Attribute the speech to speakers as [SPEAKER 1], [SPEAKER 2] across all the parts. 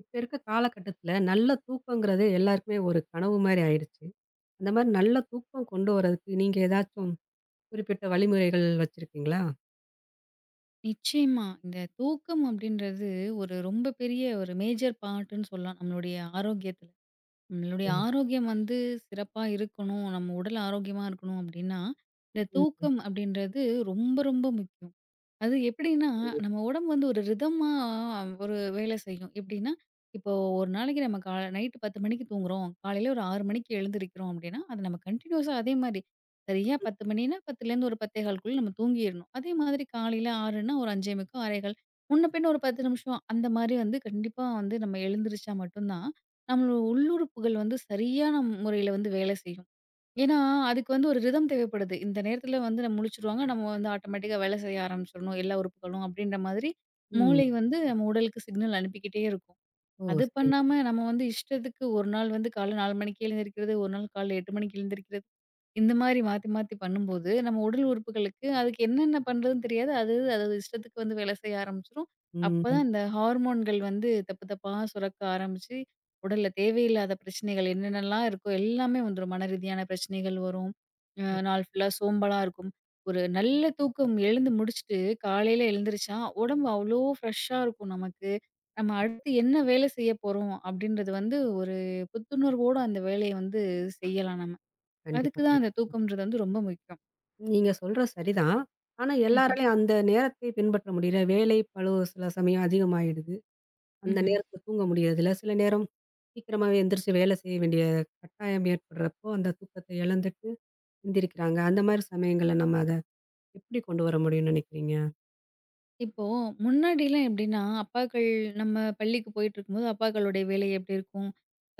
[SPEAKER 1] இப்ப இருக்க காலகட்டத்தில, நல்ல தூக்கங்கிறது எல்லாருக்குமே ஒரு கனவு மாரி ஆயிடுச்சு. அந்த மாரி நல்ல தூக்கம் கொண்டு வரதுக்கு, நீங்க ஏதாச்சும் குறிப்பிட்ட வழிமுறைகள் வச்சிருக்கீங்களா?
[SPEAKER 2] நிச்சயமா. இந்த தூக்கம் அப்படின்றது ஒரு ரொம்ப பெரிய ஒரு மேஜர் பார்ட்டுன்னு சொல்லலாம் நம்மளுடைய ஆரோக்கியத்துல. நம்மளுடைய
[SPEAKER 1] ம்.
[SPEAKER 2] ஆரோக்கியம் வந்து சிறப்பா இருக்கணும், நம்ம உடல் ஆரோக்கியமா இருக்கணும் அப்படின்னா, இந்த
[SPEAKER 1] ம்.
[SPEAKER 2] தூக்கம் அப்படின்றது ரொம்ப ரொம்ப முக்கியம். அது எப்படின்னா,
[SPEAKER 1] கண்டிப்பா.
[SPEAKER 2] நம்ம உடம்பு வந்து ஒரு ரிதமா ஒரு வேலை செய்யும். எப்படின்னா, இப்போ ஒரு நாளைக்கு நம்ம நைட்டு 10 மணிக்கு தூங்குறோம். காலையில ஒரு 6 மணிக்கு எழுந்திரிக்கிறோம் அப்படின்னா, அது நம்ம கன்டினியூஸா அதே மாரி சரியா 10 மணின்னா 10லேருந்து ஒரு 10.15க்குள்ள நம்ம தூங்கிரணும். அதே மாதிரி காலையில 6ன்னா ஒரு 5:45 6:15 முன்ன பின்ன ஒரு 10 நிமிஷம் அந்த மாரி வந்து கண்டிப்பா வந்து நம்ம எழுந்திரிச்சா மட்டும் தான், நம்மளோட உள்ளுறுப்புகள் வந்து சரியான முறையில வந்து வேலை செய்யும். ஏன்னா, அதுக்கு வந்து ஒரு ரிதம் தேவைப்படுது. இந்த நேரத்தில வந்து நம்ம முழிச்சுருவாங்க. நம்ம வந்து ஆட்டோமேட்டிக்கா வேலை செய்ய ஆரம்பிச்சுரணும். எல்லா உறுப்புகளும் அப்படின்ற மாதிரி
[SPEAKER 1] ம்.
[SPEAKER 2] மூளை வந்து நம்ம உடலுக்கு சிக்னல் அனுப்பிக்கிட்டே இருக்கும்.
[SPEAKER 1] ஓ!
[SPEAKER 2] அது
[SPEAKER 1] சரிங்க.
[SPEAKER 2] பண்ணாம நம்ம வந்து இஷ்டத்துக்கு ஒரு நாள் வந்து காலைல 4 மணிக்கு எழுந்திரிக்கிறது, ஒரு நாள் காலைல 8 மணிக்கு எழுந்திரிக்கிறது இந்த மாரி மாத்தி, மாத்தி பண்ணும்போது, நம்ம உடல் உறுப்புகளுக்கு அதுக்கு என்னென்ன பண்றதுன்னு தெரியாது. அது அதோட இஷ்டத்துக்கு வந்து வேலை செய்ய ஆரம்பிச்சுரும். அப்பதான்
[SPEAKER 1] ம்.
[SPEAKER 2] இந்த ஹார்மோன்கள் வந்து தப்பு தப்பா சுரக்க ஆரம்பிச்சு, உடல்ல தேவையில்லாத பிரச்சனைகள் என்னென்னலாம் இருக்கோ எல்லாமே வந்துரும். மன ரீதியான பிரச்சனைகள் வரும்.
[SPEAKER 1] ஓ!
[SPEAKER 2] நாள் ஃபுல்லா சோம்பலா இருக்கும். ஒரு நல்ல தூக்கம் எழுந்து முடிச்சுட்டு காலையில எழுந்திரிச்சா, உடம்பு அவ்ளோ ஃப்ரெஷ்ஷா இருக்கும் நமக்கு. நம்ம அடுத்து என்ன வேலை செய்ய போறோம் அப்படின்றது வந்து ஒரு புத்துணர்வோட அந்த வேலைய வந்து செய்யலாம் நம்ம. அதுக்கு
[SPEAKER 1] கண்டிப்பா,
[SPEAKER 2] தான் அந்த
[SPEAKER 1] கண்டிப்பா.
[SPEAKER 2] தூக்கம்ன்றது வந்து ரொம்ப முக்கியம்.
[SPEAKER 1] நீங்க சொல்றது சரிதான். ஆனா
[SPEAKER 2] ம்ஹ்ம்.
[SPEAKER 1] எல்லாராலயும் அந்த நேரத்தை பின்பற்ற முடியல. வேலை பளு சில சமயம் அதிகமாயிடுது. அந்த
[SPEAKER 2] ம்ஹ்ம்.
[SPEAKER 1] நேரத்தில தூங்க முடியறதில்ல. சில நேரம் சீக்கிரமாவே எந்திரிச்சு வேலை செய்ய வேண்டிய கட்டாயம் ஏற்படுறப்போ, அந்த தூக்கத்த இழந்துட்டு எந்திரிக்கிறாங்க. அந்த மாரி சமயங்கள்ல நம்ம அத எப்படி கொண்டு வர முடியும்னு நினைக்கிறீங்க?
[SPEAKER 2] இப்போ முன்னாடிலாம் எப்படின்னா, அப்பாக்கள் நம்ம பள்ளிக்கு போயிட்டுருக்கும்போது, அப்பாக்களுடைய வேலை எப்படி இருக்கும்?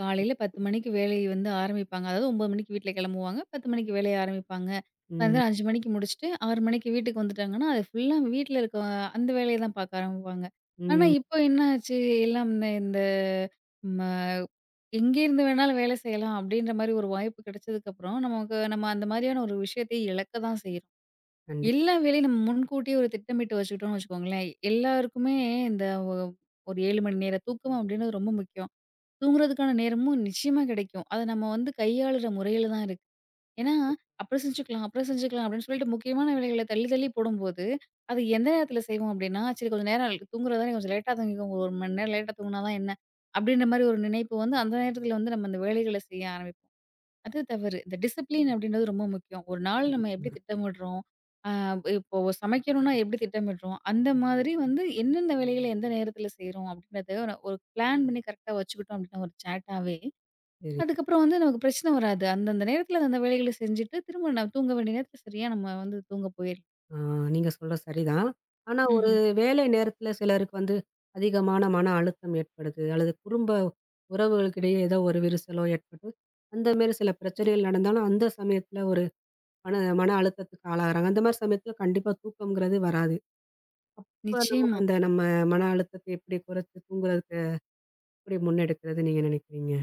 [SPEAKER 2] காலையில 10 மணிக்கு வேலையை வந்து ஆரம்பிப்பாங்க. அதாவது 9 மணிக்கு வீட்ல கெளம்புவாங்க. 10 மணிக்கு வேலைய ஆரம்பிப்பாங்க.
[SPEAKER 1] ம்,
[SPEAKER 2] சாயந்தரம் 5 மணிக்கு முடிச்சுட்டு 6 மணிக்கு வீட்டுக்கு வந்துட்டாங்கன்னா, அது ஃபுல்லா வீட்ல இருக்க அந்த வேலைய தான் பாக்க ஆரம்பிப்பாங்க. ஆனா
[SPEAKER 1] ம்.
[SPEAKER 2] இப்போ என்ன ஆச்சு? எல்லாம் இந்த இந்த ம எங்கேருந்து வேணாலும் வேலை செய்யலாம் அப்படின்ற மாரி ஒரு வாய்ப்பு கிடைச்சதுக்கப்புறம், நமக்கு நம்ம அந்த மாரியான ஒரு விஷயத்தை இழக்க தான் செய்றோம்.
[SPEAKER 1] கண்டிப்பா.
[SPEAKER 2] எல்லா வேலையும் நம்ம முன்கூட்டியே ஒரு திட்டமிட்டு வச்சுக்கிட்டோம்னு வச்சுக்கோங்களேன், எல்லாருக்குமே இந்த ஒ ஒரு 7 மணி நேர தூக்கம் அப்டின்றது ரொம்ப முக்கியம். தூங்குறதுக்கான நேரமும் நிச்சயமா கிடைக்கும். அத நம்ம வந்து கையாளுற முறையில தான் இருக்கு. ஏன்னா, அப்புறம் செஞ்சுக்கலாம், அப்புறம் செஞ்சுக்கலாம் அப்டின்னு சொல்லிட்டு முக்கியமான வேலைகள தள்ளி தள்ளி போடும்போது, அது எந்த நேரத்தில செய்வோம் அப்டின்னா, சரி கொஞ்சம் நேரம் தூங்குறது தானே கொஞ்சம் லேட்டா தூங்கிக்கோங்க. ஒரு மணி நேரம் லேட்டா தூங்குனா தான் என்ன? அப்டின்ற மாரி ஒரு நினைப்பு வந்து அந்த நேரத்தில வந்து நம்ம அந்த வேலைகள செய்ய ஆரம்பிப்போம். அது தவறு. இந்த டிசிப்ளின் அப்படின்றது ரொம்ப முக்கியம். ஒரு நாள் நம்ம எப்படி திட்டமிடுறோம்? அ இப்போ சமைக்கணும்னா எப்படி திட்டமிடுறோம்? அந்த மாதிரி வந்து எந்தெந்த வேலைகள எந்த நேரத்தில செய்றோம் அப்படின்றத ஒரு ஒரு பிளான் பண்ணி கரெக்ட்டா வச்சுக்கிட்டோம் அப்படின்னா ஒரு சேட்டாவே,
[SPEAKER 1] சரி.
[SPEAKER 2] அதுக்கப்புறம் வந்து நமக்கு பிரச்சனை வராது. அந்தந்த நேரத்தில அந்த வேலைகள செஞ்சுட்டு, திரும்ப நம்ம தூங்க வேண்டிய நேரத்தில சரியா நம்ம வந்து தூங்க போயிரலாம்.
[SPEAKER 1] ஆ. நீங்க சொல்றது சரிதான். ஆனா ஒரு
[SPEAKER 2] ம்ஹ்ம்.
[SPEAKER 1] வேலை நேரத்துல சிலருக்கு வந்து அதிகமான மன அழுத்தம் ஏற்படுது. அல்லது குடும்ப உறவுகளுக்கிடையே ஏதோ ஒரு விரிசலோ ஏற்பட்டு, அந்த மாரி சில பிரச்சனைகள் நடந்தாலும், அந்த சமயத்துல ஒரு மன மன அழுத்தத்துக்கு ஆளாகுறாங்க. அந்த மாரி சமயத்துல கண்டிப்பா தூக்கம்ங்கிறது வராது. இப்ப நம்ம
[SPEAKER 2] நிச்சயமா.
[SPEAKER 1] அந்த நம்ம மன அழுத்தத்தை எப்படி குறைச்சு தூங்குறதுக்கு எப்படி முன்னெடுக்கிறது நீங்க நினைக்கிறீங்க?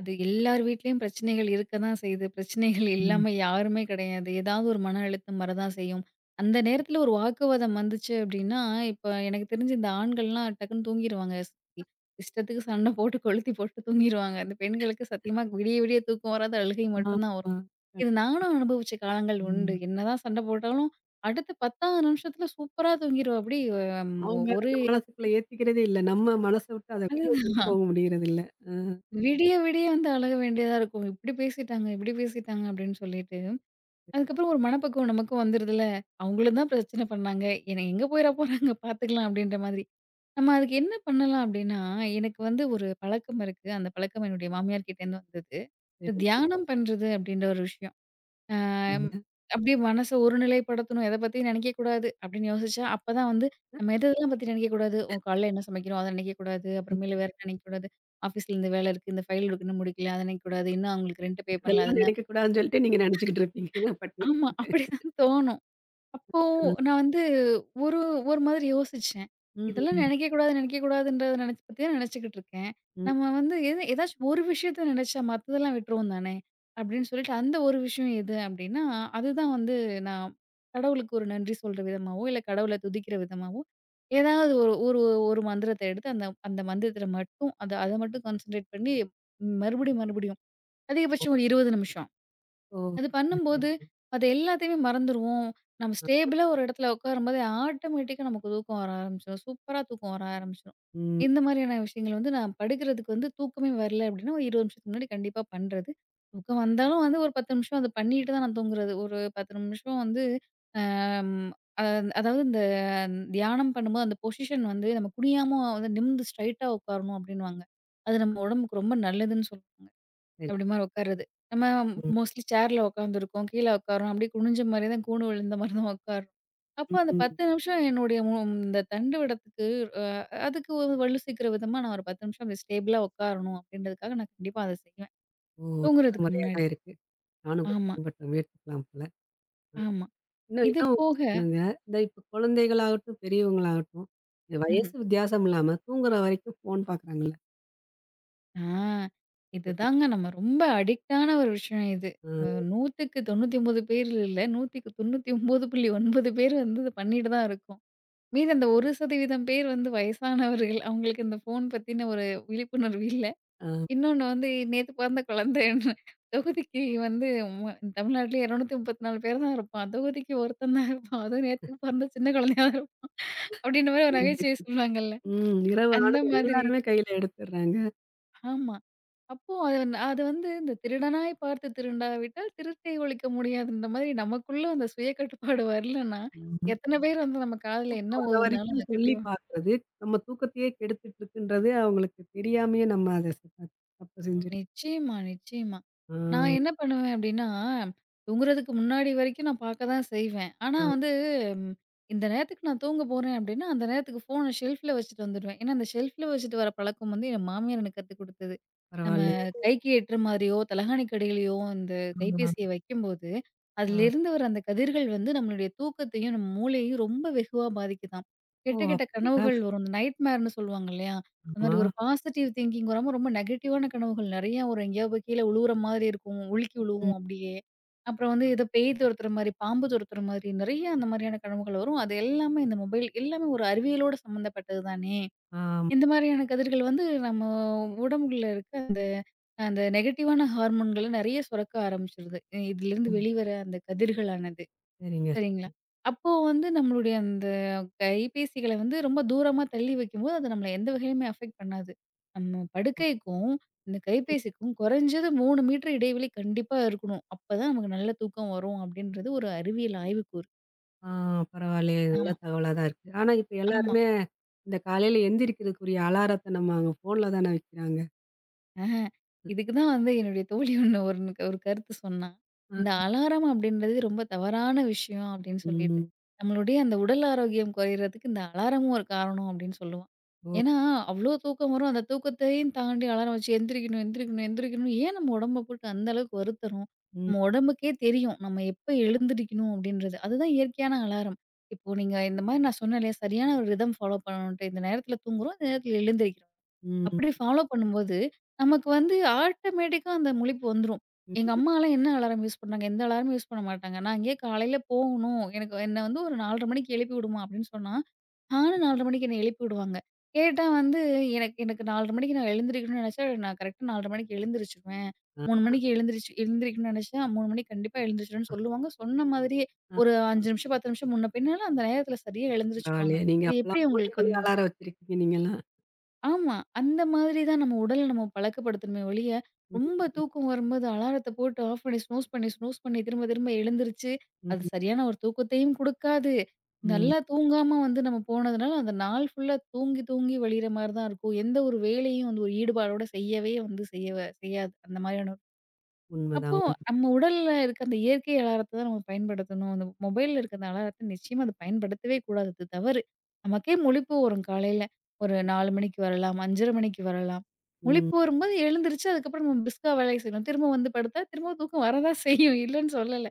[SPEAKER 2] அது எல்லார் வீட்லயும் பிரச்சனைகள் இருக்க தான் செய்யுது. பிரச்சனைகள்
[SPEAKER 1] ம்.
[SPEAKER 2] இல்லாம யாருமே கிடையாது. ஏதாவது ஒரு மன அழுத்தம் வரதான் செய்யும். அந்த நேரத்துல ஒரு வாக்குவாதம் வந்துச்சு அப்டின்னா, இப்ப எனக்கு தெரிஞ்சு இந்த ஆண்கள்லாம் டக்குன்னு தூங்கிருவாங்க. இ இஷ்டத்துக்கு சண்டை போட்டு கொளுத்தி போட்டு தூங்கிருவாங்க. அந்த பெண்களுக்கு சத்தியமா விடிய விடிய தூக்கம் வராது. அழுகை
[SPEAKER 1] ஆ,
[SPEAKER 2] மட்டும் தான்
[SPEAKER 1] ஆ.
[SPEAKER 2] வரும்.
[SPEAKER 1] கண்
[SPEAKER 2] இது நானும் அனுபவிச்ச காலங்கள் உண்டு.
[SPEAKER 1] ம்.
[SPEAKER 2] என்னதான் சண்டை போட்டாலும், அடுத்த 10வது நிமிஷத்துல சூப்பரா தூங்கிருவா. அம்
[SPEAKER 1] அவங்க
[SPEAKER 2] ஒரு
[SPEAKER 1] அந்த மனசுக்குள்ள ஏத்திக்கிறதே இல்ல. நம்ம மனச விட்டு அத வெளிய கொண்டு
[SPEAKER 2] அதுதான்
[SPEAKER 1] போக முடியறதில்ல. ஆ.
[SPEAKER 2] விடிய விடிய வந்து அழக வேண்டியதா இருக்கும். இப்டி பேசிட்டாங்க, இப்டி பேசிட்டாங்க அப்டின்னு சொல்லிட்டு.
[SPEAKER 1] சரி,
[SPEAKER 2] அதுக்கப்புறம் ஒரு மனப்பக்குவம் நமக்கும் வந்துருதுல. அவங்களும் தான் பிரச்சனை பண்ணாங்க. என்ன எங்க போயிற போறாங்க பார்த்துக்கலாம் அப்படின்ற மாதிரி. நம்ம அதுக்கு என்ன பண்ணலாம் அப்படின்னா, எனக்கு வந்து ஒரு பழக்கம் இருக்கு. அந்த பழக்கம் என்னுடைய மாமியார் கிட்டேருந்து வந்தது. இந்த
[SPEAKER 1] சரி.
[SPEAKER 2] தியானம் பண்றது அப்படின்ற ஒரு விஷயம். அ
[SPEAKER 1] சரிங்க.
[SPEAKER 2] அப்படியே மனச ஒருநிலைப்படுத்தணும். எத பத்தியும் நினைக்கக்கூடாது அப்படின்னு யோசிச்சா, அப்பதான் வந்து நம்ம எதெல்லாம் பத்தி நினைக்கக்கூடாது. ஓ காலைல என்ன சமைக்கிறோம் அத நினைக்கக்கூடாது. அப்புறமேலு வேற என்ன நினைக்கக்கூடாது. ஆஃபீஸ்ல இந்த வேலை இருக்கு. இந்த ஃபைல் இருக்கு இன்னும் முடிக்கல. அத நினைக்கக்கூடாது. இன்னும் அவங்களுக்கு ரெண்ட் பே பண்ணல. அது
[SPEAKER 1] அதெல்லாம்
[SPEAKER 2] என்ன
[SPEAKER 1] நினைக்கக்கூடாதுன்னு சொல்லிட்டு நீங்க நினைச்சுக்கிட்டு இருப்பீங்க. நான் பட்டுன்னு
[SPEAKER 2] ஆமா
[SPEAKER 1] போயிட்டேன்.
[SPEAKER 2] அப்படிதான் தோணும். அப்போ
[SPEAKER 1] ஆ.
[SPEAKER 2] நான் வந்து ஒரு ஒரு மாதிரி யோசிச்சேன்.
[SPEAKER 1] ம்,
[SPEAKER 2] இதெல்லாம்
[SPEAKER 1] ம்,
[SPEAKER 2] நினைக்கக்கூடாது, நினைக்கக்கூடாதுன்றத நினைச்சு பத்தியே நினைச்சுக்கிட்டு இருக்கேன்.
[SPEAKER 1] ம்.
[SPEAKER 2] நம்ம வந்து எது ஏதாச்சும் ஒரு விஷயத்த நினைச்சா மத்ததெல்லாம் விட்டுருவோம் தானே! அப்படின்னு சொல்லிட்டு அந்த ஒரு விஷயம் எது அப்படின்னா, அதுதான் வந்து நான் கடவுளுக்கு ஒரு நன்றி சொல்ற விதமாவோ, இல்ல கடவுள துதிக்கிற விதமாவோ, ஏதாவது ஒரு ஒரு ஒரு மந்திரத்த எடுத்து அந்த அந்த மந்திரத்தில மட்டும் அத அத மட்டும் கான்சன்ட்ரேட் பண்ணி மறுபடியும் மறுபடியும் அதிகபட்சம் ஒரு 20 நிமிஷம்.
[SPEAKER 1] ஓ!
[SPEAKER 2] அது
[SPEAKER 1] சரி,
[SPEAKER 2] பண்ணும்போது,
[SPEAKER 1] சரிங்க.
[SPEAKER 2] அது எல்லாத்தையுமே மறந்துருவோம். நம்ம
[SPEAKER 1] ஆ.
[SPEAKER 2] ஸ்டேபிளா ஒரு இடத்துல உட்காரும்போது, ஆட்டோமேட்டிக்கா நமக்கு தூக்கம் வர ஆரம்பிச்சுரும். சூப்பரா தூக்கம் வர ஆரம்பிச்சுரும்.
[SPEAKER 1] ம்.
[SPEAKER 2] இந்த மாதிரியான விஷயங்கள் வந்து நான் படுக்கிறதுக்கு வந்து தூக்கமே வரல அப்படின்னா, ஒரு 20 நிமிஷத்துக்கு முன்னாடி கண்டிப்பா பண்றது. தூக்கம் வந்தாலும் வந்து ஒரு 10 நிமிஷம் அத பண்ணிட்டு தான் நான் தூங்குறது. ஒரு 10 நிமிஷம் வந்து அம் அ அதாவது இந்த தியானம் பண்ணும்போது அந்த பொசிஷன் வந்து நம்ம குனியாம வந்து நிமிர்ந்து ஸ்ட்ரைட்டா உட்காரணும் அப்படின்னுவாங்க. அது நம்ம உடம்புக்கு ரொம்ப நல்லதுன்னு சொல்லுவாங்க.
[SPEAKER 1] சரி.
[SPEAKER 2] அப்படி மாரி உட்கார்றது. நம்ம
[SPEAKER 1] ம்,
[SPEAKER 2] மோஸ்ட்லி சேர்ல உட்காந்துருக்கோம். கீழ உட்கார்றோம். அப்படியே குனிஞ்ச மாரி தான் கூணு விழுந்த மாரி தான் உட்கார்றோம். அப்போ
[SPEAKER 1] ம்.
[SPEAKER 2] அந்த
[SPEAKER 1] ம்.
[SPEAKER 2] 10 நிமிஷம் என்னுடைய இந்த தண்டு விடத்துக்கு அ அதுக்கு ஒரு வலு சேர்க்கிற விதமா நான் ஒரு 10 நிமிஷம் அப்படி ஸ்டேபிளா உட்காரணும் அப்படின்றதுக்காக நான் கண்டிப்பா அத செய்வேன்.
[SPEAKER 1] ஓ! நல்ல
[SPEAKER 2] தூங்குறதுக்கு
[SPEAKER 1] முறையா
[SPEAKER 2] முன்னாடி.
[SPEAKER 1] தான் இருக்கு. நானும் கூட
[SPEAKER 2] ஆமா,
[SPEAKER 1] பின்பற்ற முயற்சிக்கலாம் போல. ஆ.
[SPEAKER 2] ஆமா.
[SPEAKER 1] இன்னும்
[SPEAKER 2] இது
[SPEAKER 1] இன்னும்
[SPEAKER 2] போக
[SPEAKER 1] சொல்லுங்க. இந்த இப்ப குழந்தைகளாகட்டும், பெரியவங்களாகட்டும், இந்த
[SPEAKER 2] ம்ஹ்ம்.
[SPEAKER 1] வயசு வித்தியாசம் இல்லாம தூங்குற வரைக்கும் ஃபோன் பாக்குறாங்கல்ல.
[SPEAKER 2] ஆ இதுதாங்க நம்ம ரொம்ப அடிக்டான ஒரு விஷயம் இது.
[SPEAKER 1] ஆ,
[SPEAKER 2] அ 100க்கு 99 பேர் இல்ல. 100க்கு 99.9 பேர் வந்து இத பண்ணிட்டு தான் இருக்கோம். மீதி அந்த 1% பேர் வந்து வயசானவர்கள். அவங்களுக்கு இந்த ஃபோன் பத்தின ஒரு விழிப்புணர்வு இல்ல.
[SPEAKER 1] ஆ.
[SPEAKER 2] இன்னொன்னு வந்து நேத்து பிறந்த குழந்தைன்னு தொகுதிக்கு வந்து ம தமிழ்நாட்டிலே 234 பேர் தான் இருப்பான். தொகுதிக்கு ஒருத்தன் தான் இருப்பான். அதுவும் நேத்து பிறந்த சின்ன குழந்தையா தான் இருப்பான். அப்டின்ற மாரி ஒரு
[SPEAKER 1] ஆ.
[SPEAKER 2] நகைச்சுவை சொல்லுவாங்கல்ல.
[SPEAKER 1] ம். இரவு
[SPEAKER 2] அந்த
[SPEAKER 1] ஆனா
[SPEAKER 2] மாதிரி.
[SPEAKER 1] எல்லாருமே கையில எடுத்துடுறாங்க.
[SPEAKER 2] ஆமா. அப்போ அது வந்து இந்த திருடனாய் பார்த்து திருந்தாவிட்டால் திருட்டை ஒழிக்க முடியாதுன்ற மாதிரி நமக்குள்ள அந்த சுய கட்டுப்பாடு வரலன்னா,
[SPEAKER 1] ஆமா.
[SPEAKER 2] எத்தன பேர் வந்து நம்ம காதுல
[SPEAKER 1] தூக்கம்
[SPEAKER 2] என்ன
[SPEAKER 1] வர
[SPEAKER 2] ஓதுனாலும்
[SPEAKER 1] வரைக்கும்
[SPEAKER 2] அது
[SPEAKER 1] சொல்லி
[SPEAKER 2] கண்டிப்பா
[SPEAKER 1] பார்க்குறது, நம்ம தூக்கத்தையே கெடுத்துட்டு இருக்குன்றது அவங்களுக்கு தெரியாமயே நம்ம அத தப்பு செஞ்சுட்டோம்.
[SPEAKER 2] நிச்சயமா, நிச்சயமா.
[SPEAKER 1] ஆ,
[SPEAKER 2] நான் என்ன பண்ணுவேன் அப்டின்னா, தூங்குறதுக்கு முன்னாடி வரைக்கும் நான் பார்க்க தான் செய்வேன். ஆனா
[SPEAKER 1] ஆ.
[SPEAKER 2] வந்து ம், இந்த நேரத்துக்கு நான் தூங்க போறேன் அப்டின்னா, அந்த நேரத்துக்கு ஃபோன ஷெல்ஃப்ல வச்சுட்டு வந்துடுவேன். ஏன்னா, அந்த ஷெல்ஃப்ல வச்சுட்டு வர பழக்கம் வந்து என் மாமியார் எனக்கு கத்துக் குடுத்தது. நம்ம
[SPEAKER 1] பரவாயில்லையே!
[SPEAKER 2] கைக்கு எட்டுற மாதிரியோ, தலகாணிக்கு அடியிலயோ அந்த
[SPEAKER 1] ஆமா,
[SPEAKER 2] கைபேசிய வைக்கும்போது,
[SPEAKER 1] ஆ.
[SPEAKER 2] அதிலிருந்து வர அந்த கதிர்கள் வந்து நம்மளுடைய தூக்கத்தையும், நம்ம மூளையையும் ரொம்ப வெகுவா பாதிக்குதாம்.
[SPEAKER 1] ஓ!
[SPEAKER 2] கெட்ட கெட்ட
[SPEAKER 1] அப்படிங்களா?
[SPEAKER 2] கனவுகள் வரும். இந்த நைட்மேர்ன்னு சொல்லுவாங்க இல்லையா? அந்த மாரி
[SPEAKER 1] ஆமா.
[SPEAKER 2] ஒரு பாசிட்டிவ் திங்கிங் வராம, ரொம்ப நெகட்டிவான கனவுகள் நெறையா வரும். எங்கேயாவது போய் கீழ உழுவுற மாதிரி இருக்கும். உலுக்கி
[SPEAKER 1] ம்.
[SPEAKER 2] விழுவும் அப்படியே. அப்புறம் வந்து ஏதோ பேய் துரத்துற மாரி, பாம்பு துரத்துற மாதிரி நெறைய அந்த மாரியான கனவுகள் வரும். அது எல்லாமே இந்த மொபைல் எல்லாமே ஒரு அறிவியலோட சம்மந்தப்பட்டது தானே!
[SPEAKER 1] ஆமா.
[SPEAKER 2] இந்த மாரியான கதிர்கள் வந்து நம்ம உடம்புல இருக்க அந்த அந்த நெகட்டிவான ஹார்மோன்கள நெறைய சுரக்க ஆரம்பிச்சுருது. இதிலிருந்து
[SPEAKER 1] ம்.
[SPEAKER 2] வெளிவர அந்த கதிர்களானது.
[SPEAKER 1] சரிங்க,
[SPEAKER 2] சரிங்களா.
[SPEAKER 1] சரி.
[SPEAKER 2] அப்போ வந்து நம்மளுடைய அந்த கைபேசிகள வந்து ரொம்ப தூரமா தள்ளி வைக்கும்போது, அது நம்மள எந்த வகையிலுமே அஃபெக்ட் பண்ணாது. நம்ம படுக்கைக்கும், இந்த கைபேசிக்கும் குறைஞ்சது 3 மீட்டர் இடைவெளி கண்டிப்பா இருக்கணும். அப்பதான் நமக்கு நல்ல தூக்கம் வரும் அப்படின்றது ஒரு அறிவியல் ஆய்வுக்கூறு.
[SPEAKER 1] ஆ. பரவாயில்லையே! நல்ல
[SPEAKER 2] ஆமா,
[SPEAKER 1] தகவலா தான் இருக்கு. ஆனா இப்ப
[SPEAKER 2] ஆமா.
[SPEAKER 1] எல்லாருமே இந்த காலையில எந்திரிக்கிறதுக்குரிய அலாரத்த நம்ம அவங்க ஃபோன்ல தானே வைக்கிறாங்க.
[SPEAKER 2] ஆஹா. இதுக்கு தான் வந்து என்னுடைய தோழி ஒண்ணு ஒரு ஒரு கருத்து சொன்னா.
[SPEAKER 1] ஆ.
[SPEAKER 2] இந்த அலாரம் அப்படின்றது ரொம்ப தவறான விஷயம் அப்படின்னு சொல்லிட்டு.
[SPEAKER 1] ம்.
[SPEAKER 2] நம்மளுடைய அந்த உடல் ஆரோக்கியம் குறையறதுக்கு இந்த அலாரமும் ஒரு காரணம் அப்படின்னு சொல்லுவா.
[SPEAKER 1] ஓ!
[SPEAKER 2] ஏன்னா, அவ்ளோ தூக்கம் வரும். அந்த தூக்கத்தையும் தாண்டி அலாரம் வச்சு எந்திரிக்கணும், எந்திரிக்கணும், எந்திரிக்கணும். ஏன் நம்ம உடம்ப போட்டு அந்த அளவுக்கு வருத்துறோம்?
[SPEAKER 1] ம்,
[SPEAKER 2] நம்ம உடம்புக்கே தெரியும். நம்ம எப்ப எழுந்திரிக்கணும் அப்படின்றது. அதுதான் இயற்கையான அலாரம். இப்போ நீங்க இந்த மாரி நான் சொன்னேன் இல்லையா? சரியான ஒரு ரிதம் ஃபாலோ பண்ணணுன்ட்டு. இந்த நேரத்தில தூங்குறோம். இந்த நேரத்தில எழுந்திரிக்கிறோம்.
[SPEAKER 1] ம்,
[SPEAKER 2] அப்படி ஃபாலோ பண்ணும்போது, நமக்கு வந்து ஆட்டோமேட்டிக்கா அந்த முழிப்பு வந்துரும். எங்க
[SPEAKER 1] ம்.
[SPEAKER 2] அம்மாலாம் என்ன அலாரம் யூஸ் பண்ணாங்க? எந்த அலாரமும் யூஸ் பண்ண மாட்டாங்க. நான் அங்கேயே காலையில போகணும். எனக்கு என்ன வந்து ஒரு 4:30 மணிக்கு எழுப்பி விடுமா அப்படின்னு சொன்னா, நானும் 4:30 மணிக்கு என்ன எழுப்பி விடுவாங்க. கேட்டா வந்து எனக்கு எனக்கு 4:30 மணிக்கு நான் எழுந்திரிக்கணும்னு நெனச்சா, நான் கரெக்ட்டா 4:30 மணிக்கு எழுந்திரிச்சுருவேன். 3 மணிக்கு எழுந்திரிச்சு எழுந்திரிக்கணும்னு நெனச்சா, 3 மணிக்கு கண்டிப்பா எழுந்திரிச்சுருவேன்னு சொல்லுவாங்க. சொன்ன மாதிரியே
[SPEAKER 1] ஆ.
[SPEAKER 2] ஒரு 5 நிமிஷம், 10 நிமிஷம் முன்ன பின்னால அந்த நேரத்தில சரியா எழுந்திரிச்சுருவாங்க.
[SPEAKER 1] பரவாயில்லையே. நீங்க
[SPEAKER 2] அது எப்படி
[SPEAKER 1] அப்பலாம்
[SPEAKER 2] உங்களுக்கு
[SPEAKER 1] மூளைக்குள்ளயே
[SPEAKER 2] வந்தது?
[SPEAKER 1] அலாரம் வச்சிருக்கீங்க நீங்கலாம்.
[SPEAKER 2] ஆமா. அந்த மாதிரி தான் நம்ம உடல நம்ம பழக்கப்படுத்தணுமே ஒழிய,
[SPEAKER 1] ம்,
[SPEAKER 2] ரொம்ப தூக்கம் வரும்போது அலாரத்த போட்டு ஆஃப் பண்ணி ஸ்னூஸ் பண்ணி ஸ்னூஸ் பண்ணி திரும்ப திரும்ப எழுந்திருச்சு,
[SPEAKER 1] ம்,
[SPEAKER 2] அது சரியான ஒரு தூக்கத்தையும் குடுக்காது.
[SPEAKER 1] ம்.
[SPEAKER 2] நல்லா தூங்காம வந்து நம்ம போனதுனால, அந்த நாள் ஃபுல்லா தூங்கி தூங்கி வழியிற மாரி தான் இருக்கும். எந்த ஒரு வேலையும் வந்து ஒரு ஈடுபாடோட செய்யவே வந்து செய்யவ செய்யாது. அந்த மாதிரியான அப்போ
[SPEAKER 1] உண்மதான் உண்ம.
[SPEAKER 2] நம்ம உடல்ல இருக்க அந்த இயற்கை அலாரத்த தான் நம்ம பயன்படுத்தணும். அந்த மொபைல்ல இருக்க அந்த அலாரத்த நிச்சயமா அது பயன்படுத்தவே கூடாது. அது தவறு. நமக்கே முழிப்பு வரும் காலையில. ஒரு 4 மணிக்கு வரலாம், 5:30 மணிக்கு வரலாம்.
[SPEAKER 1] ம்.
[SPEAKER 2] முழிப்பு வரும்போது எழுந்திரிச்சு அதுக்கப்புறம் நம்ம பிரிஸ்கா வேலைய செய்யணும். திரும்ப வந்து படுத்தா திரும்ப தூக்கம் வரதான் செய்யும். இல்லன்னு சொல்லல.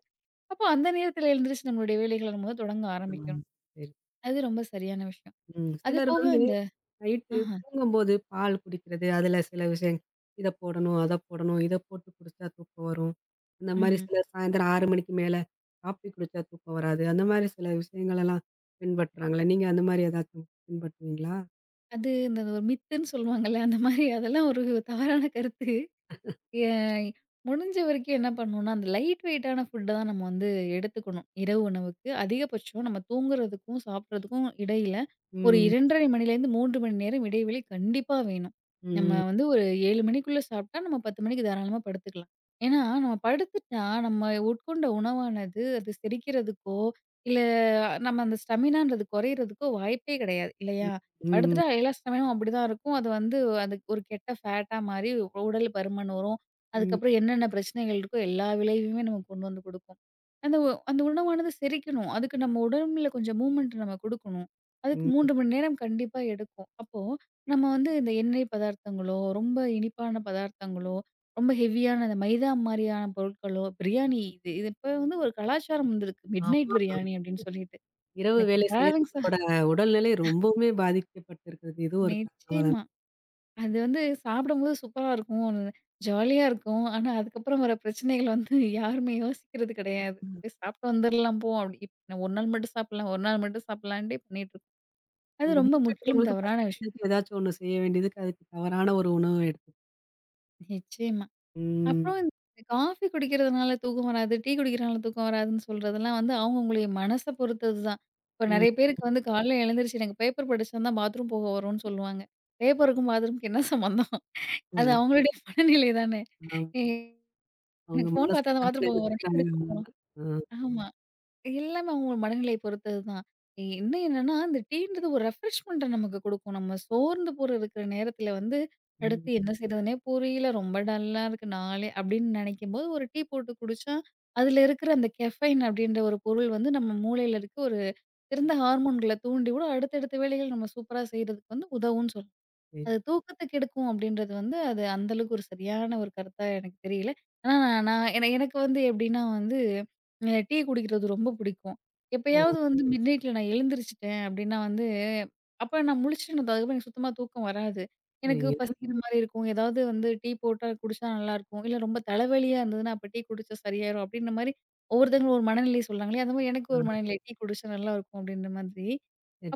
[SPEAKER 2] அப்போ அந்த நேரத்துல எழுந்திரிச்சு நம்மளுடைய வேலைகள நம்ம வந்து தொடங்க
[SPEAKER 1] ஆ.
[SPEAKER 2] ஆரம்பிக்கணும்.
[SPEAKER 1] சரி.
[SPEAKER 2] அது ரொம்ப சரியான விஷயம்.
[SPEAKER 1] ம்.
[SPEAKER 2] அது
[SPEAKER 1] சிலர்
[SPEAKER 2] போக
[SPEAKER 1] வந்து
[SPEAKER 2] இந்த
[SPEAKER 1] நைட்டு
[SPEAKER 2] ஆஹ,
[SPEAKER 1] தூங்கும்போது பால் குடிக்கிறது, அதுல சில விஷயம் இத போடணும், அத போடணும், இத போட்டு குடிச்சா தூக்கம் வரும். அந்த மாரி
[SPEAKER 2] ம்ஹ்ம்.
[SPEAKER 1] சில சாயந்தரம் 6 மணிக்கு மேல காப்பி குடிச்சா தூக்கம் வராது. அந்த மாரி சில விஷயங்களெல்லாம் பின்பற்றுறாங்கல்ல. நீங்க அந்த மாரி ஏதாச்சும் பின்பற்றுவீங்களா?
[SPEAKER 2] அது இந்த ஒரு மித்துன்னு சொல்லுவாங்கல்ல, அந்த மாரி அதெல்லாம் ஒரு தவறான கருத்து. எ முடிஞ்ச வரைக்கும் என்ன பண்ணணும்னா, அந்த லைட் வெயிட்டான ஃபுட்ட தான் நம்ம வந்து எடுத்துக்கணும். இரவு உணவுக்கு அதிகபட்சம் நம்ம தூங்குறதுக்கும், சாப்பிடுறதுக்கும் இடையில ஒரு
[SPEAKER 1] ம்.
[SPEAKER 2] 2 1/2 மணிலேருந்து 3 மணி நேரம் இடைவெளி கண்டிப்பா வேணும். நம்ம
[SPEAKER 1] ம்.
[SPEAKER 2] வந்து ஒரு 7 மணிக்குள்ள சாப்பிட்டா, நம்ம 10 மணிக்கு தாராளமா படுத்துக்கலாம். ஏன்னா, நம்ம படுத்துட்டா நம்ம உட்கொண்ட உணவானது அது செரிக்கிறதுக்கோ, இல்ல நம்ம அந்த ஸ்டெமினான்றது குறையிறதுக்கோ வாய்ப்பே கிடையாது
[SPEAKER 1] ம்.
[SPEAKER 2] இல்லையா?
[SPEAKER 1] ம்.
[SPEAKER 2] படுத்துட்டா எல்லா ஸ்டெமினாவும் அப்படிதான் இருக்கும். அது வந்து அது ஒரு கெட்ட ஃபேட்டா மாறி உடல் பருமன் வரும். அதுக்கப்புறம்
[SPEAKER 1] ம்.
[SPEAKER 2] என்னென்ன பிரச்சனைகள் இருக்கோ எல்லா விளைவையுமே நமக்கு கொண்டு வந்து குடுக்கும். அந்த உணவானது செரிக்கணும். அதுக்கு நம்ம உடம்புல கொஞ்சம் மூவ்மெண்ட் நம்ம குடுக்கணும். அதுக்கு
[SPEAKER 1] ம். ம்.
[SPEAKER 2] 3 மணி நேரம் கண்டிப்பா எடுக்கும். அப்போ நம்ம வந்து இந்த எண்ணெய் பதார்த்தங்களோ, ரொம்ப இனிப்பான பதார்த்தங்களோ, ரொம்ப ஹெவியான அந்த மைதா மாரியான பொருட்களோ, பிரியாணி இது இது இப்ப வந்து ஒரு கலாச்சாரம் வந்திருக்கு. மிட்நைட்
[SPEAKER 1] ஆமா.
[SPEAKER 2] பிரியாணி அப்டின்னு சொல்லிட்டு.
[SPEAKER 1] இரவு
[SPEAKER 2] எனக்கு
[SPEAKER 1] வேலை
[SPEAKER 2] கிராவிங்ஸா
[SPEAKER 1] செய்றவங்களோட உடல்நிலை ரொம்பவுமே பாதிக்கப்பட்டிருக்கிறது. இது ஒரு காரணமா
[SPEAKER 2] நிச்சயமா.
[SPEAKER 1] தானே?
[SPEAKER 2] அது வந்து சாப்பிடும்போது சூப்பரா இருக்கும். ஜாலியா இருக்கும். ஆனா, அதுக்கப்புறம் வர பிரச்சனைகள் வந்து யாருமே யோசிக்கிறது கிடையாது.
[SPEAKER 1] ம்.
[SPEAKER 2] "போய் சாப்பிட்டு வந்துரலாம் போ" அப்படி. ஒரு நாள் மட்டும் சாப்பிடலாம், ஒரு நாள் மட்டும் சாப்பிடலான்ட்டே பண்ணிட்டுருக்கோம். அது
[SPEAKER 1] உங்க
[SPEAKER 2] ரொம்ப முற்றிலும்
[SPEAKER 1] மூச்செடுக்கவங்களுக்கு
[SPEAKER 2] தவறான விஷயம்.
[SPEAKER 1] பசிக்கிறதுக்கு ஏதாச்சும் ஒண்ணு செய்ய வேண்டியதுக்கு, அதுக்கு தவறான ஒரு உணவு எடுத்து
[SPEAKER 2] நிச்சயமா.
[SPEAKER 1] ம்.
[SPEAKER 2] அப்புறம் இந்த காஃபி குடிக்கிறதுனால தூக்கம் வராது, டீ குடிக்கிறனால தூக்கம் வராதுன்னு சொல்றதெல்லாம் வந்து அவங்கவங்களுடைய மனச பொறுத்தது தான். இப்ப
[SPEAKER 1] ம்.
[SPEAKER 2] நெறைய பேருக்கு வந்து காலைல எழுந்திரிச்சு எனக்கு பேப்பர் படிச்சா தான் பாத்ரூம் போக வரும்னு சொல்லுவாங்க. பேப்பருக்கும் பாத்ரூம்க்கு என்ன சம்மந்தம்? அது
[SPEAKER 1] அது.
[SPEAKER 2] அவங்களுடைய மனநிலை தானே!
[SPEAKER 1] ஆமா. அவங்க
[SPEAKER 2] எனக்கு ஃபோன்
[SPEAKER 1] மனசு
[SPEAKER 2] பார்த்தா தான்
[SPEAKER 1] அந்த மாரி
[SPEAKER 2] பாத்ரூம் போக ம். ஒரு நிமிஷம்
[SPEAKER 1] நெனச்சுக்கிறாங்க
[SPEAKER 2] குடிக்க போணும்.
[SPEAKER 1] அவ்ளோதான். ஆ.
[SPEAKER 2] ஆமா. எல்லாமே அவங்க மனநிலைய பொறுத்தது தான். இன்னும் என்னன்னா, இந்த டீன்றது ஒரு ரெஃப்ரெஷ்மெண்ட்ட நமக்கு குடுக்கும். நம்ம சோர்ந்து போற இருக்கிற நேரத்தில வந்து,
[SPEAKER 1] ம்.
[SPEAKER 2] அடுத்து என்ன செய்றதுன்னே புரியல. ரொம்ப டல்லா இருக்கு நாளே அப்படின்னு நெனைக்கும்போது, ஒரு டீ போட்டு குடிச்சா, அதில இருக்கிற அந்த கெஃபைன் அப்படின்ற ஒரு பொருள் வந்து நம்ம மூளையில இருக்க ஒரு சிறந்த ஹார்மோன்கள தூண்டிவிடும். அடுத்தடுத்த வேலைகள் நம்ம சூப்பரா செய்றதுக்கு வந்து உதவும்ன்னு சொல்லலாம்.
[SPEAKER 1] சரி.
[SPEAKER 2] அது தூக்கத்த கெடுக்கும் அப்படின்றது வந்து, அது அந்த அளவுக்கு ஒரு சரியான ஒரு கருத்தா எனக்கு தெரியல. ஆனா நான் நான் என எனக்கு வந்து எப்படின்னா வந்து, டீ குடிக்கிறது ரொம்ப பிடிக்கும்.
[SPEAKER 1] ஓ!
[SPEAKER 2] எப்பயாவது வந்து ம். மிட் நைட்ல நான் எழுந்திரிச்சுட்டேன் அப்படின்னா வந்து, அப்ப நான் முழிச்சுட்டு அதுக்கப்புறம் எனக்கு சுத்தமா தூக்கம் வராது. எனக்கு
[SPEAKER 1] சரிங்க.
[SPEAKER 2] பசிக்கிற மாரி இருக்கும். ஏதாவது வந்து டீ போட்டா குடிச்சா நல்லாயிருக்கும். இல்ல ரொம்ப தலைவலியா இருந்ததுன்னா, அப்ப டீ குடிச்சா சரியாயிரும் அப்படின்ற மாரி ஒவ்வொருத்தங்களும் ஒரு மனநிலை சொல்றாங்களே, அந்த மாரி எனக்கு
[SPEAKER 1] ஆ.
[SPEAKER 2] ஒரு மனநிலை. டீ குடிச்சா நல்லா இருக்கும் அப்படின்ற மாதிரி.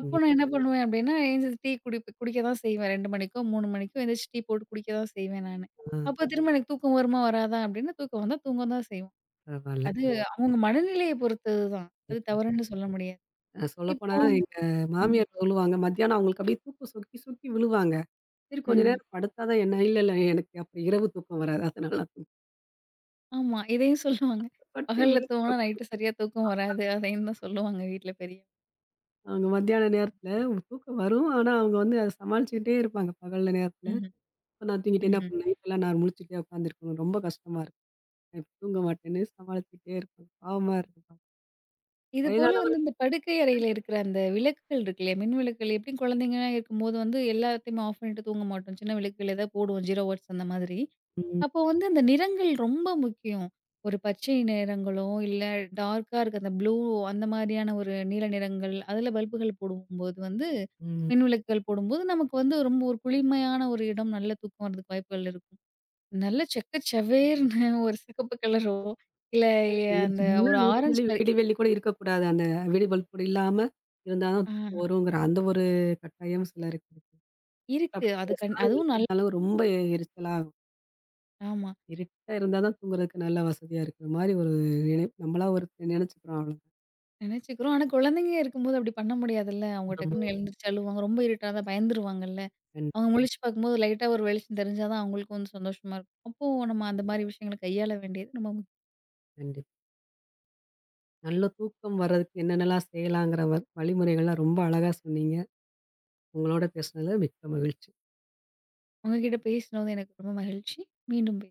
[SPEAKER 2] அப்போ நான் என்ன பண்ணுவேன் அப்டின்னா, எந்திரிச்சு டீ குடிப் குடிக்க தான் செய்வேன். 2 மணிக்கோ, 3 மணிக்கோ எந்திரிச்சு டீ போட்டு குடிக்க தான் செய்வேன் நானு.
[SPEAKER 1] ஆ.
[SPEAKER 2] அப்ப திரும்ப எனக்கு தூக்கம் வருமா? வராதா? அப்டின்னா தூக்கம் வந்தா தூங்க தான் செய்யும்.
[SPEAKER 1] பரவால்ல.
[SPEAKER 2] அது அவங்க மனநிலைய பொறுத்தது தான். அது
[SPEAKER 1] கண்டிப்பா.
[SPEAKER 2] தவறுன்னு சொல்ல முடியாது.
[SPEAKER 1] அ சொல்லப்போனா
[SPEAKER 2] இப்போ
[SPEAKER 1] எங்க மாமியார் சொல்லுவாங்க, மத்தியானம் அவங்களுக்கு அப்படியே தூக்கம் சொக்கி சொக்கி விழுவாங்க. சரி கொஞ்ச
[SPEAKER 2] ம்ஹ்ம்.
[SPEAKER 1] நேரம் படுத்தா தான் என்ன இல்ல, இல்ல எனக்கு அப்ப இரவு தூக்கம் வராது. அதனால
[SPEAKER 2] ஆமா. இதையும் சொல்லுவாங்க.
[SPEAKER 1] படுத்து
[SPEAKER 2] பகல்ல
[SPEAKER 1] முழிச்சு
[SPEAKER 2] தூங்குனா நைட்டு சரியா தூக்கம் வராது. அதையும் தான் சொல்லுவாங்க வீட்ல பெரியவங்க.
[SPEAKER 1] அவங்க மத்தியான நேரத்தில தூக்கம் வரும். ஆனா, அவங்க வந்து அத சமாளிச்சுக்கிட்டே இருப்பாங்க பகல்ல நேரத்தில.
[SPEAKER 2] ம்ஹ்ம்.
[SPEAKER 1] இப்ப நான் தூங்கிட்டேன்னா,
[SPEAKER 2] ம்ஹ்ம்.
[SPEAKER 1] அப்புறம் நைட்லாம் நான் முழிச்சுட்டே உட்காந்துருக்கணும். ரொம்ப கஷ்டமா இருக்கும். நான் இப்ப தூங்க மாட்டேன்னு சமாளிச்சுக்கிட்டே இருப்பாங்க. பாவமா இருக்கு பாவம்.
[SPEAKER 2] இது போல வந்து
[SPEAKER 1] வயதானவர்கள்.
[SPEAKER 2] இந்த படுக்கை அறையில இருக்கிற அந்த விளக்குகள் இருக்கு இல்லையா? மின் விளக்குகள் எப்படியும் குழந்தைங்கலாம் இருக்கும்போது வந்து எல்லாத்தையுமே ஆஃப் பண்ணிட்டு தூங்க மாட்டோம். சின்ன விளக்குகள் ஏதாவது போடுவோம். 0 வாட்ஸ் அந்த மாதிரி.
[SPEAKER 1] ம்.
[SPEAKER 2] அப்போ வந்து அந்த நிறங்கள் ரொம்ப முக்கியம். ஒரு பச்சை நிறங்களோ, இல்ல டார்க்கா இருக்க அந்த ப்ளூ அந்த மாதிரியான ஒரு நீல நிறங்கள், அதில பல்புகள் போடும்போது வந்து
[SPEAKER 1] ம்.
[SPEAKER 2] மின் விளக்குகள் போடும்போது நமக்கு வந்து ரொம்ப ஒரு குளிமையான ஒரு இடம், நல்ல தூக்கம் வரதுக்கு வாய்ப்புகள் இருக்கும். நல்ல செக்க செவேர்ன்னு ஒரு சிகப்பு கலரோ, இல்ல
[SPEAKER 1] ஒரு
[SPEAKER 2] அந்த
[SPEAKER 1] சின்ன
[SPEAKER 2] ஒரு ஆரஞ்சு கலர்
[SPEAKER 1] விடிவெள்ளி கூட இருக்கக்கூடாது. அந்த விடி பல்ப் கூட இல்லாம இருந்தா தான் தூக்கம்
[SPEAKER 2] ஆ.
[SPEAKER 1] வருங்கிற அந்த ஒரு கட்டாயம் சிலருக்கு இருக்கு.
[SPEAKER 2] இருக்கு.
[SPEAKER 1] அப்படி
[SPEAKER 2] அது கண்
[SPEAKER 1] லேசான
[SPEAKER 2] அதுவும் நல்ல
[SPEAKER 1] விழிப்புனாலும் ரொம்ப எரிச்சலாகும்.
[SPEAKER 2] ஆமா.
[SPEAKER 1] இருட்டா இருந்தா தான் தூங்குறதுக்கு நல்ல வசதியா இருக்கிற மாரி ஒரு நம்மளா ஒரு நினைச்சுக்கிறோம் அவ்வளோதான்.
[SPEAKER 2] நினைச்சுக்கிறோம். ஆனா குழந்தைங்க இருக்கும்போது அப்படி பண்ண முடியாதுல்ல. அவங்க
[SPEAKER 1] ஆமா.
[SPEAKER 2] டக்குன்னு எழுந்திரிச்சு அழுவாங்க. ரொம்ப இருட்டானா பயந்துருவாங்கல்ல.
[SPEAKER 1] கண்டிப்பா.
[SPEAKER 2] அவங்க முழிச்சு பார்க்கும்போது லைட்டா ஒரு வெளிச்சம் தெரிஞ்சா தான் அவங்களுக்கும் வந்து சந்தோஷமா இருக்கும். அப்போ நம்ம அந்த மாரி விஷயங்கள கையாள வேண்டியது நம்ம முக்கியம்.
[SPEAKER 1] கண்டிப்பா. நல்ல தூக்கம் வர்றதுக்கு என்னென்னலாம் செய்யலாங்கிற வழிமுறைகள்லாம் ரொம்ப அழகா சொன்னீங்க. உங்களோட பேசுனதுல மிக்க மகிழ்ச்சி.
[SPEAKER 2] உங்க கிட்ட பேசினது எனக்கு ரொம்ப மகிழ்ச்சி. மீண்டும் பே